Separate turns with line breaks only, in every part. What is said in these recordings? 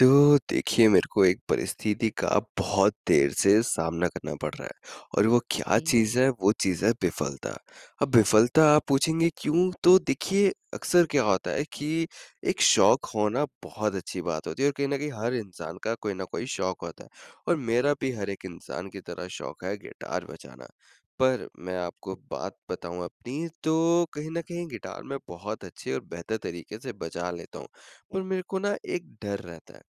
तो देखिए, मेरे को एक परिस्थिति का बहुत देर से सामना करना पड़ रहा है। और वो क्या
जी।
चीज़ है? वो चीज़ है विफलता। अब विफलता आप पूछेंगे क्यों? तो देखिए, अक्सर क्या होता है कि एक शौक होना बहुत अच्छी बात होती है, और कहीं न कहीं हर इंसान का कोई न कोई शौक होता है। और मेरा भी हर एक इंसान की तरह शौक है गिटार बजाना। पर मैं आपको बात बताऊँ अपनी, तो कहीं न कहीं गिटार मैं बहुत अच्छे और बेहतर तरीके से बजा लेता हूँ, पर मेरे को ना एक डर रहता है।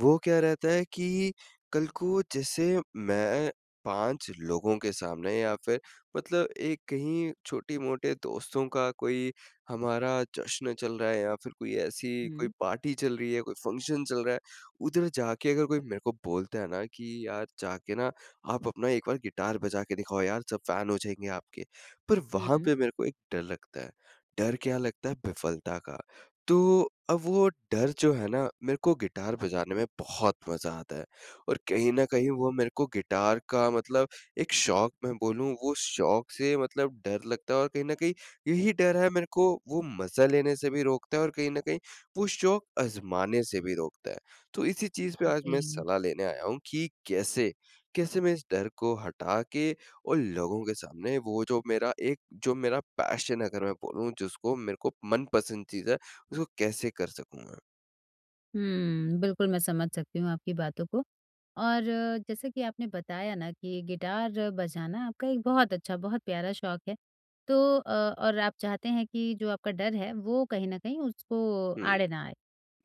वो क्या रहता है कि कल को जैसे मैं 5 लोगों के सामने, या फिर मतलब एक कहीं छोटी-मोटे दोस्तों का कोई हमारा जश्न चल रहा है, या फिर कोई ऐसी कोई
हुँ,
पार्टी चल रही है, कोई फंक्शन चल रहा है, उधर जाके अगर कोई मेरे को बोलता है ना कि यार, जाके ना आप अपना एक बार गिटार बजा के दिखाओ यार, सब फैन हो जाएँगे आपके। पर वहाँ
हुँ।
पे मेरे को एक डर लगता है। डर क्या लगता है? विफलता का। तो अब वो डर जो है ना, मेरे को गिटार बजाने में बहुत मज़ा आता है, और कहीं न कहीं वो मेरे को गिटार का मतलब, एक शौक मैं बोलूँ, वो शौक से मतलब डर लगता है, और कहीं न कहीं यही डर है मेरे को वो मज़ा लेने से भी रोकता है, और कहीं न कहीं वो शौक आज़माने से भी रोकता है। तो इसी चीज़ पे आज मैं
जी।
सलाह लेने आया हूँ कि कैसे, कैसे मैं इस डर को हटा के और लोगों के सामने वो जो मेरा एक, जो मेरा पैशन अगर मैं बोलूँ, जिसको मेरे को मनपसंद चीज़ है, उसको कैसे कर सकूँ मैं?
बिल्कुल मैं समझ सकती हूँ आपकी बातों को। और जैसे कि आपने बताया ना कि गिटार बजाना आपका एक बहुत अच्छा, बहुत प्यारा शौक है। तो और आप चाहते हैं कि जो आपका डर है वो कहीं न कहीं उसको
हुँ,
आड़े ना आए।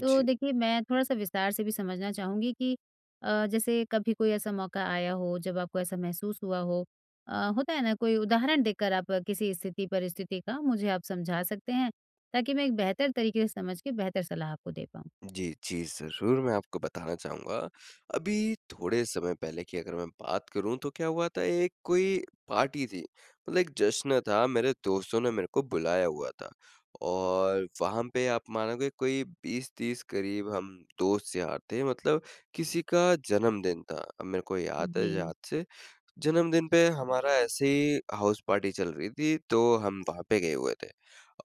तो
जी।
देखिए, मैं थोड़ा-सा विस्तार से भी समझना चाहूँगी कि जैसे कभी कोई ऐसा मौका आया हो जब आपको ऐसा महसूस हुआ हो, होता है ना, कोई उदाहरण देकर आप किसी स्थिति, परिस्थिति का मुझे आप समझा सकते हैं? ताकि मैं एक बेहतर तरीके से समझ के बेहतर सलाह आपको दे पाऊँ।
जी, जी, ज़रूर मैं आपको बताना चाहूँगा। अभी थोड़े समय पहले की अगर मैं बात करूँ तो क्या हुआ था, एक कोई पार्टी थी, मतलब एक जश्न था, मेरे दोस्तों ने मेरे को बुलाया हुआ था। और वहाँ पे आप मानोगे कोई 20-30 करीब हम दोस्त यार थे, मतलब किसी का जन्मदिन था। अब मेरे को याद है,
जी।
याद से जन्मदिन पे हमारा ऐसे ही हाउस पार्टी चल रही थी, तो हम वहाँ पे गए हुए थे।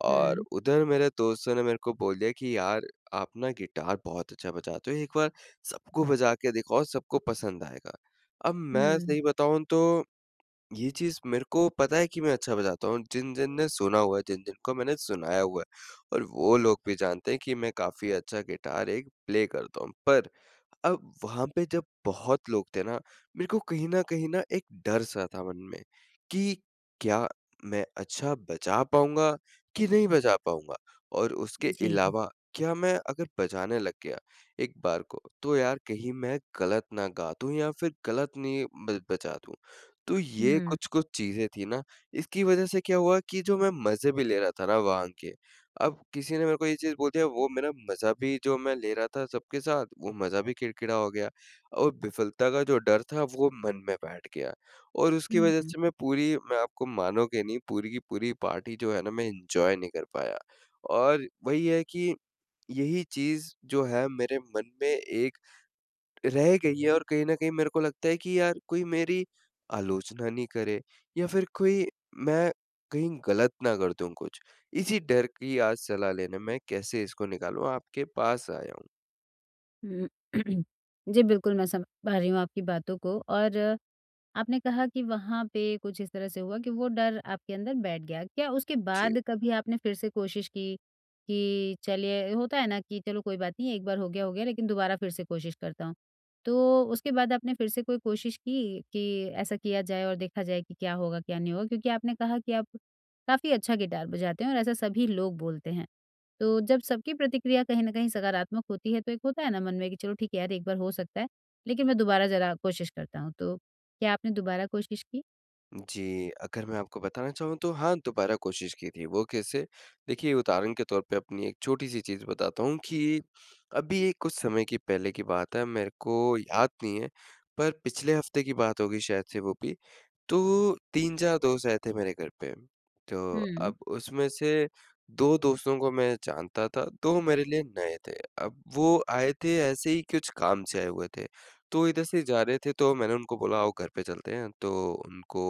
और
हुँ।
उधर मेरे दोस्तों ने मेरे को बोल दिया कि यार, आप ना गिटार बहुत अच्छा बजाते हो, एक बार सबको बजा के दिखाओ, सबको पसंद आएगा। अब मैं
हुँ।
सही बताऊँ तो ये चीज़ मेरे को पता है कि मैं अच्छा बजाता हूँ, जिन-जिन ने सुना हुआ है, जिन-जिन को मैंने सुनाया हुआ है, और वो लोग भी जानते हैं कि मैं काफ़ी अच्छा गिटार एक प्ले करता हूँ। पर अब वहाँ पे जब बहुत लोग थे ना, मेरे को कहीं न कहीं ना एक डर-सा था मन में कि क्या मैं अच्छा बजा पाऊँगा कि नहीं बजा पाऊँगा? और उसके
जी।
अलावा क्या मैं अगर बजाने लग गया एक बार को, तो यार कहीं मैं गलत ना गा दूँ, या फिर गलत नहीं ब बजा दूँ। तो ये
हुँ।
कुछ-कुछ चीज़ें थी ना, इसकी वज़ह से क्या हुआ कि जो मैं मज़े भी ले रहा था ना वहाँ के, अब किसी ने मेरे को ये चीज़ बोल दिया, वो मेरा मज़ा भी जो मैं ले रहा था सबके साथ, वो मज़ा भी किरकिरा हो गया, और विफलता का जो डर था वो मन में बैठ गया, और उसकी
हुँ,
वज़ह
हुँ।
से मैं पूरी, मैं आपको मानोगे नहीं, पूरी की पूरी पार्टी जो है ना मैं एन्जॉय नहीं कर पाया। और वही है कि यही चीज़ जो है मेरे मन में एक रह गई है, और कहीं न कहीं मेरे को लगता है कि यार, कोई मेरी आलोचना नहीं करे, या फिर कोई, मैं कहीं गलत ना कर दूँ कुछ। इसी डर की आज सलाह लेने मैं कैसे इसको निकालूँ आपके पास आया हूँ।
हुँ। जी, बिल्कुल मैं समझ पा रही हूँ आपकी बातों को। और आपने कहा कि वहाँ पे कुछ इस तरह से हुआ कि वो डर आपके अंदर बैठ गया। क्या उसके
जी।
बाद कभी आपने फिर से कोशिश की कि चलिए, होता है ना कि चलो कोई बात नहीं, एक बार हो गया, हो गया, लेकिन दोबारा फिर से कोशिश करता हूँ। तो उसके बाद आपने फिर से कोई कोशिश की कि ऐसा किया जाए और देखा जाए कि क्या होगा, क्या नहीं होगा? क्योंकि आपने कहा कि आप काफ़ी अच्छा गिटार बजाते हैं और ऐसा सभी लोग बोलते हैं। तो जब सबकी प्रतिक्रिया कहीं न कहीं सकारात्मक होती है, तो एक होता है ना मन में कि चलो ठीक है यार, एक बार हो सकता है, लेकिन मैं दोबारा ज़रा कोशिश करता हूँ। तो क्या आपने दोबारा कोशिश की?
जी, अगर मैं आपको बताना चाहूँ तो हाँ, दोबारा कोशिश की थी। वो कैसे? देखिए, उदाहरण के तौर पे अपनी एक छोटी-सी चीज़ बताता हूँ कि अभी ये कुछ समय की पहले की बात है, मेरे को याद नहीं है, पर पिछले हफ़्ते की बात होगी शायद से वो भी। तो 3-4 दोस्त रहते मेरे घर पे। तो
हुँ,
अब उसमें से 2 दोस्तों को मैं जानता था, 2 मेरे लिए नए थे। अब वो आए थे ऐसे ही, कुछ काम से आए हुए थे। तो इधर से जा रहे थे तो मैंने उनको बोला आओ घर पे चलते हैं। तो उनको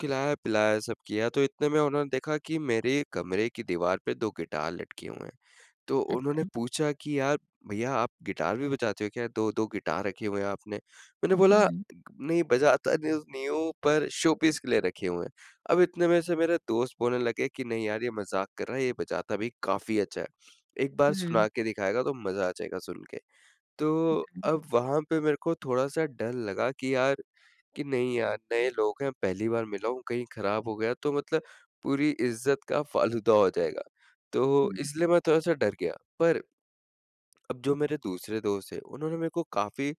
खिलाया-पिलाया सब किया, तो इतने में उन्होंने देखा कि मेरे कमरे की दीवार पे 2 गिटार लटके हुए हैं। तो उन्होंने
अच्छा।
पूछा कि यार भैया, आप गिटार भी बजाते हो क्या? 2-2 गिटार रखे हुए हैं आपने। मैंने
हुँ,
बोला
हुँ,
नहीं बजाता, नहीं नहीं हूँ, पर शोपीस के लिए रखे हुए हैं। अब इतने में से मेरे दोस्त बोलने लगे कि नहीं यार, ये मज़ाक कर रहा है, ये बजाता भी काफ़ी अच्छा है। एक बार
हुँ,
सुना के दिखाएगा तो मज़ा आ जाएगा सुन के। तो अब वहाँ पे मेरे को थोड़ा-सा डर लगा कि यार, कि नहीं यार, नए लोग हैं, पहली बार मिला हूँ, कहीं खराब हो गया तो मतलब पूरी इज़्ज़त का फ़ालूदा हो जाएगा। तो
हुँ,
इसलिए मैं थोड़ा-सा डर गया। पर अब जो मेरे दूसरे दोस्त हैं, उन्होंने मेरे को काफ़ी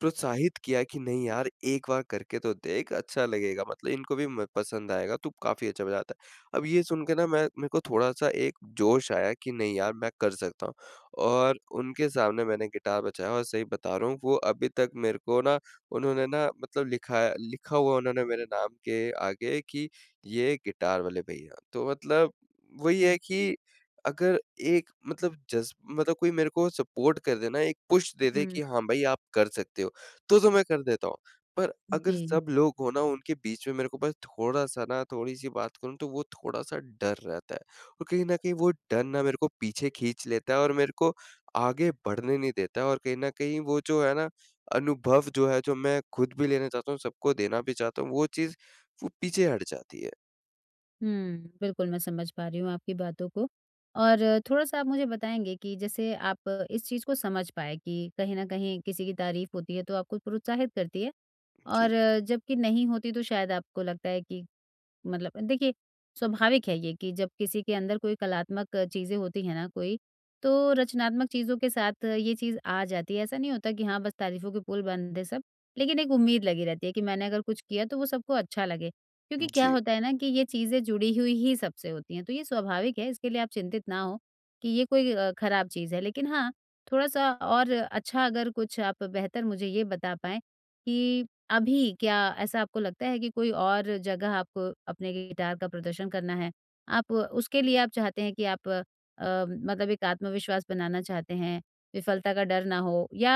प्रोत्साहित किया कि नहीं यार, एक बार करके तो देख, अच्छा लगेगा, मतलब इनको भी म पसंद आएगा, तू काफ़ी अच्छा बजाता है। अब ये सुन के ना मैं मेरे को थोड़ा-सा एक जोश आया कि नहीं यार, मैं कर सकता हूँ। और उनके सामने मैंने गिटार बजाया, और सही बता रहा हूँ वो अभी तक मेरे को ना, उन्होंने ना, मतलब लिखा लिखा हुआ उन्होंने मेरे नाम के आगे कि ये गिटार वाले भैया। तो मतलब वही है कि अगर एक मतलब जज़्ब, मतलब कोई मेरे को सपोर्ट कर दे ना, एक पुश दे दे
हुँ,
कि हाँ भाई, आप कर सकते हो, तो मैं कर देता हूँ। पर अगर
जी।
सब लोग हो ना उनके बीच में मेरे को बस थोड़ा-सा ना थोड़ी-सी बात करूँ तो वो थोड़ा-सा डर रहता है। और कहीं न कहीं वो डर ना मेरे को पीछे खींच लेता है और मेरे को आगे बढ़ने नहीं देता है, और कहीं न कहीं वो जो है ना अनुभव जो है, जो मैं खुद भी लेना चाहता हूँ, सबको देना भी चाहता हूँ, वो चीज़, वो पीछे हट जाती है।
बिल्कुल मैं समझ पा रही हूँ आपकी बातों को। और थोड़ा-सा आप मुझे बताएँगे कि जैसे आप इस चीज़ को समझ पाए कि कहीं न कहीं किसी की तारीफ़ होती है तो आपको प्रोत्साहित करती है,
जी,
और जबकि नहीं होती तो शायद आपको लगता है कि, मतलब देखिए, स्वाभाविक है ये कि जब किसी के अंदर कोई कलात्मक चीज़ें होती हैं ना कोई, तो रचनात्मक चीज़ों के साथ ये चीज़ आ जाती है। ऐसा नहीं होता कि हाँ, बस तारीफ़ों के पुल बंद है सब, लेकिन एक उम्मीद लगी रहती है कि मैंने अगर कुछ किया तो वो सबको अच्छा लगे। क्योंकि क्या
जी।
होता है ना कि ये चीज़ें जुड़ी हुई ही सबसे होती हैं, तो ये स्वाभाविक है, इसके लिए आप चिंतित ना हो कि ये कोई खराब चीज़ है। लेकिन हाँ, थोड़ा-सा और अच्छा अगर कुछ आप बेहतर मुझे ये बता पाएँ कि अभी क्या ऐसा आपको लगता है कि कोई और जगह आपको अपने गिटार का प्रदर्शन करना है? आप उसके लिए आप चाहते हैं कि आप मतलब एक आत्मविश्वास बनाना चाहते हैं, विफलता का डर ना हो, या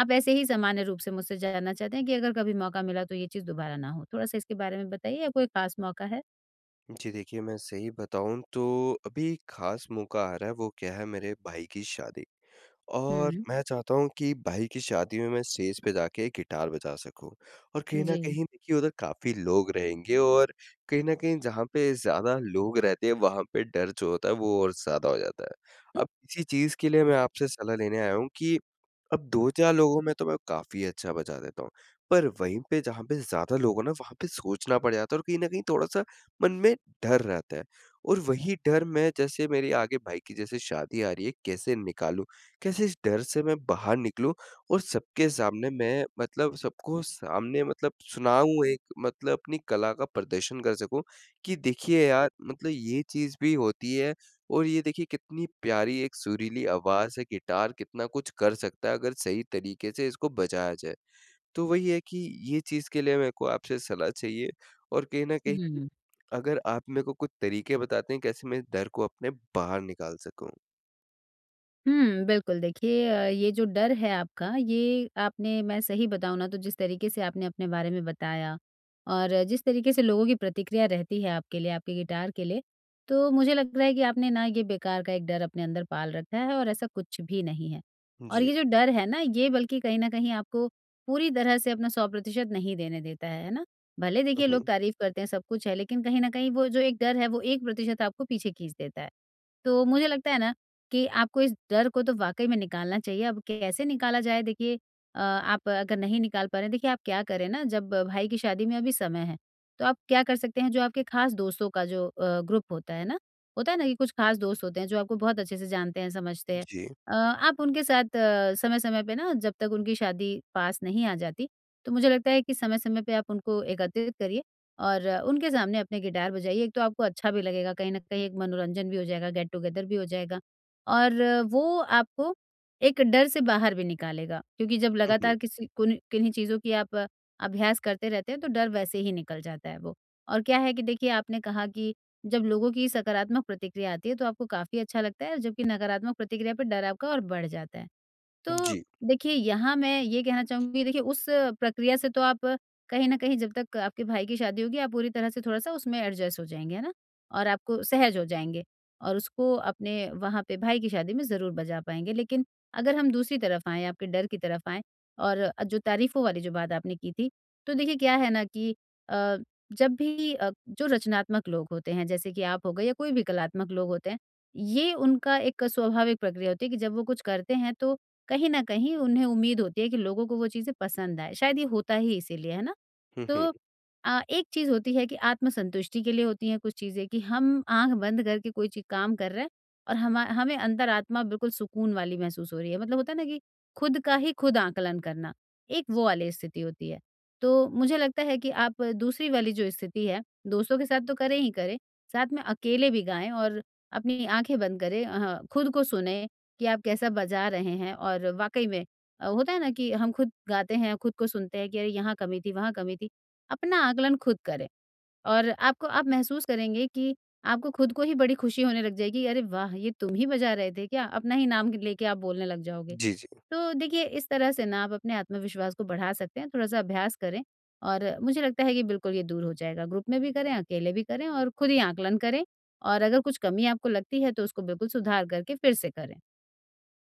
आप ऐसे ही सामान्य रूप से मुझसे जानना चाहते हैं कि अगर कभी मौका मिला तो ये चीज़ दोबारा ना हो? थोड़ा-सा इसके बारे में बताइए, या कोई खास मौका है?
जी देखिए, मैं सही बताऊँ तो अभी एक ख़ास मौका आ रहा है, वो क्या है मेरे भाई की शादी, और
हुँ।
मैं चाहता हूँ कि भाई की शादी में मैं स्टेज पे जाके गिटार बजा सकूँ। और कहीं न
जी।
कहीं देखिए, उधर काफ़ी लोग रहेंगे, और कहीं न कहीं जहाँ पे ज़्यादा लोग रहते हैं, वहाँ पे डर जो होता है वो और ज़्यादा हो जाता है।
हुँ।
अब इसी चीज़ के लिए मैं आपसे सलाह लेने आया हूँ कि अब 2-4 लोगों में तो मैं काफ़ी अच्छा बचा देता हूँ, पर वहीं पे जहाँ पे ज़्यादा लोग हो ना, वहाँ पे सोचना पड़ जाता है, और कहीं न कहीं थोड़ा-सा मन में डर रहता है। और वही डर, मैं जैसे मेरे आगे भाई की जैसे शादी आ रही है, कैसे निकालूँ? कैसे इस डर से मैं बाहर निकलूँ और सबके सामने मैं मतलब सबको सामने मतलब सुनाऊँ, एक मतलब अपनी कला का प्रदर्शन कर सकूँ कि देखिए यार, मतलब ये चीज़ भी होती है, और ये देखिए कितनी प्यारी एक सुरीली आवाज़ है, गिटार कितना कुछ कर सकता है अगर सही तरीके से इसको बजाया जाए। तो वही है कि ये चीज़ के लिए मेरे को आपसे सलाह चाहिए, और कहीं न कहीं
हुँ।
अगर आप मेरे को कुछ तरीके बताते हैं कैसे मैं इस डर को अपने बाहर निकाल सकूँ?
बिल्कुल देखिए, ये जो डर है आपका, ये आपने, मैं सही बताऊँ ना, तो जिस तरीके से आपने अपने बारे में बताया और जिस तरीके से लोगों की प्रतिक्रिया रहती है आपके लिए, आपके गिटार के लिए, तो मुझे लग रहा है कि आपने ना ये बेकार का एक डर अपने अंदर पाल रखा है और ऐसा कुछ भी नहीं है। और
जी।
ये जो डर है ना, ये बल्कि कहीं न कहीं आपको पूरी तरह से अपना 100% नहीं देने देता है ना? भले
हुँ,
देखिए, लोग
हुँ।
तारीफ़ करते हैं, सब कुछ है, लेकिन कहीं न कहीं वो जो एक डर है वो 1% आपको पीछे खींच देता है। तो मुझे लगता है ना कि आपको इस डर को तो वाक़ई में निकालना चाहिए। अब कैसे निकाला जाए, देखिए आप अगर नहीं निकाल पा रहे हैं, देखिए आप क्या करें ना, जब भाई की शादी में अभी समय है, तो आप क्या कर सकते हैं, जो आपके ख़ास दोस्तों का जो ग्रुप होता है ना कि कुछ ख़ास दोस्त होते हैं जो आपको बहुत अच्छे से जानते हैं, समझते हैं।
जी।
आप उनके साथ समय-समय पे ना, जब तक उनकी शादी पास नहीं आ जाती, तो मुझे लगता है कि समय-समय पे आप उनको एकत्रित करिए और उनके सामने अपने गिटार बजाइए। एक तो आपको अच्छा भी लगेगा, कहीं न कहीं एक मनोरंजन भी हो जाएगा, गेट टुगेदर भी हो जाएगा। और वो आपको एक डर से बाहर भी निकालेगा, क्योंकि जब
हुँ, हुँ।
लगातार किसी कुन किन्हीं चीज़ों की आप अभ्यास करते रहते हैं तो डर वैसे ही निकल जाता है वो। और क्या है कि देखिए, आपने कहा कि जब लोगों की सकारात्मक प्रतिक्रिया आती है तो आपको काफ़ी अच्छा लगता है, जबकि नकारात्मक प्रतिक्रिया पे डर आपका और बढ़ जाता है। तो
जी।
देखिए, यहाँ मैं ये कहना चाहूँगी, देखिए उस प्रक्रिया से तो आप कहीं न कहीं जब तक आपके भाई की शादी होगी आप पूरी तरह से थोड़ा-सा उसमें एडजस्ट हो जाएँगे, है ना? और आपको सहज हो जाएँगे और उसको अपने, वहाँ पे भाई की शादी में ज़रूर बजा पाएँगे। लेकिन अगर हम दूसरी तरफ आएँ, आपके डर की तरफ आएँ और जो तारीफ़ों वाली जो बात आपने की थी, तो देखिए क्या है ना कि अ, जब भी जो रचनात्मक लोग होते हैं जैसे कि आप हो गए, या कोई भी कलात्मक लोग होते हैं, ये उनका एक स्वाभाविक प्रक्रिया होती है कि जब वो कुछ करते हैं तो कहीं न कहीं उन्हें उम्मीद होती है कि लोगों को वो चीज़ें पसंद आए, शायद ये होता ही इसीलिए, है ना?
हुँ, हुँ।
तो एक चीज़ होती है कि आत्मसंतुष्टि के लिए होती हैं कुछ चीज़ें कि हम आँख बंद करके कोई चीज़ काम कर रहे हैं और हमा हमें अंतरात्मा बिल्कुल सुकून वाली महसूस हो रही है। मतलब होता है ना कि खुद का ही खुद आकलन करना, एक वो वाली स्थिति होती है। तो मुझे लगता है कि आप दूसरी वाली जो स्थिति है, दोस्तों के साथ तो करें ही करें, साथ में अकेले भी गाएँ और अपनी आँखें बंद करें, खुद को सुने कि आप कैसा बजा रहे हैं और वाक़ई में, होता है ना कि हम खुद गाते हैं, खुद को सुनते हैं कि अरे! यहाँ कमी थी, वहाँ कमी थी। अपना आकलन खुद करें और आपको, आप महसूस करेंगे कि आपको खुद को ही बड़ी खुशी होने लग जाएगी, अरे वाह! ये तुम ही बजा रहे थे क्या? अपना ही नाम लेके आप बोलने लग जाओगे।
जी, जी।
तो देखिए, इस तरह से ना आप अपने आत्मविश्वास को बढ़ा सकते हैं, थोड़ा-सा अभ्यास करें और मुझे लगता है कि बिल्कुल ये दूर हो जाएगा। ग्रुप में भी करें, अकेले भी करें और खुद ही आकलन करें और अगर कुछ कमी आपको लगती है तो उसको बिल्कुल सुधार करके फिर से करें।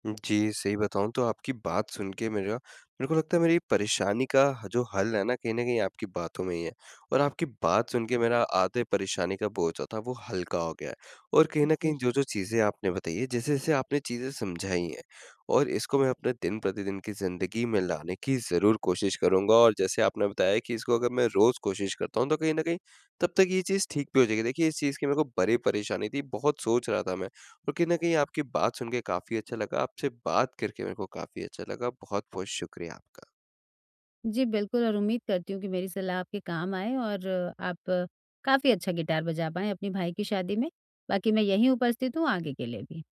जी, सही बताऊँ तो आपकी बात सुन के मेरा मेरे को लगता है मेरी परेशानी का ह जो हल है ना, कहीं न कहीं आपकी बातों में ही है। और आपकी बात सुन के मेरा आधे परेशानी का बोझ जो था वो हल्का हो गया है, और कहीं न
जी।
कहीं जो-जो चीज़ें आपने बताई है, जैसे-जैसे आपने चीज़ें समझाई हैं, और इसको मैं अपने दिन-प्रतिदिन की ज़िंदगी में लाने की ज़रूर कोशिश करूँगा, और जैसे आपने बताया कि इसको अगर मैं रोज़ कोशिश करता हूँ, तो कहीं न कहीं तब तक ये चीज़ ठीक भी हो जाएगी। देखिए, इस चीज़ की मेरे को बड़ी परेशानी थी, बहुत सोच रहा था मैं, तो कहीं न कहीं आपकी बात सुन के काफ़ी अच्छा लगा, आपसे बात करके मेरे को काफ़ी अच्छा लगा। बहुत-बहुत शुक्रिया आपका।
जी, बिल्कुल, और उम्मीद करती हूँ कि मेरी सलाह आपके काम आए और आप काफ़ी अच्छा गिटार बजा पाएँ अपने भाई की शादी में। बाकी मैं यहीं उपस्थित हूँ आगे के लिए भी।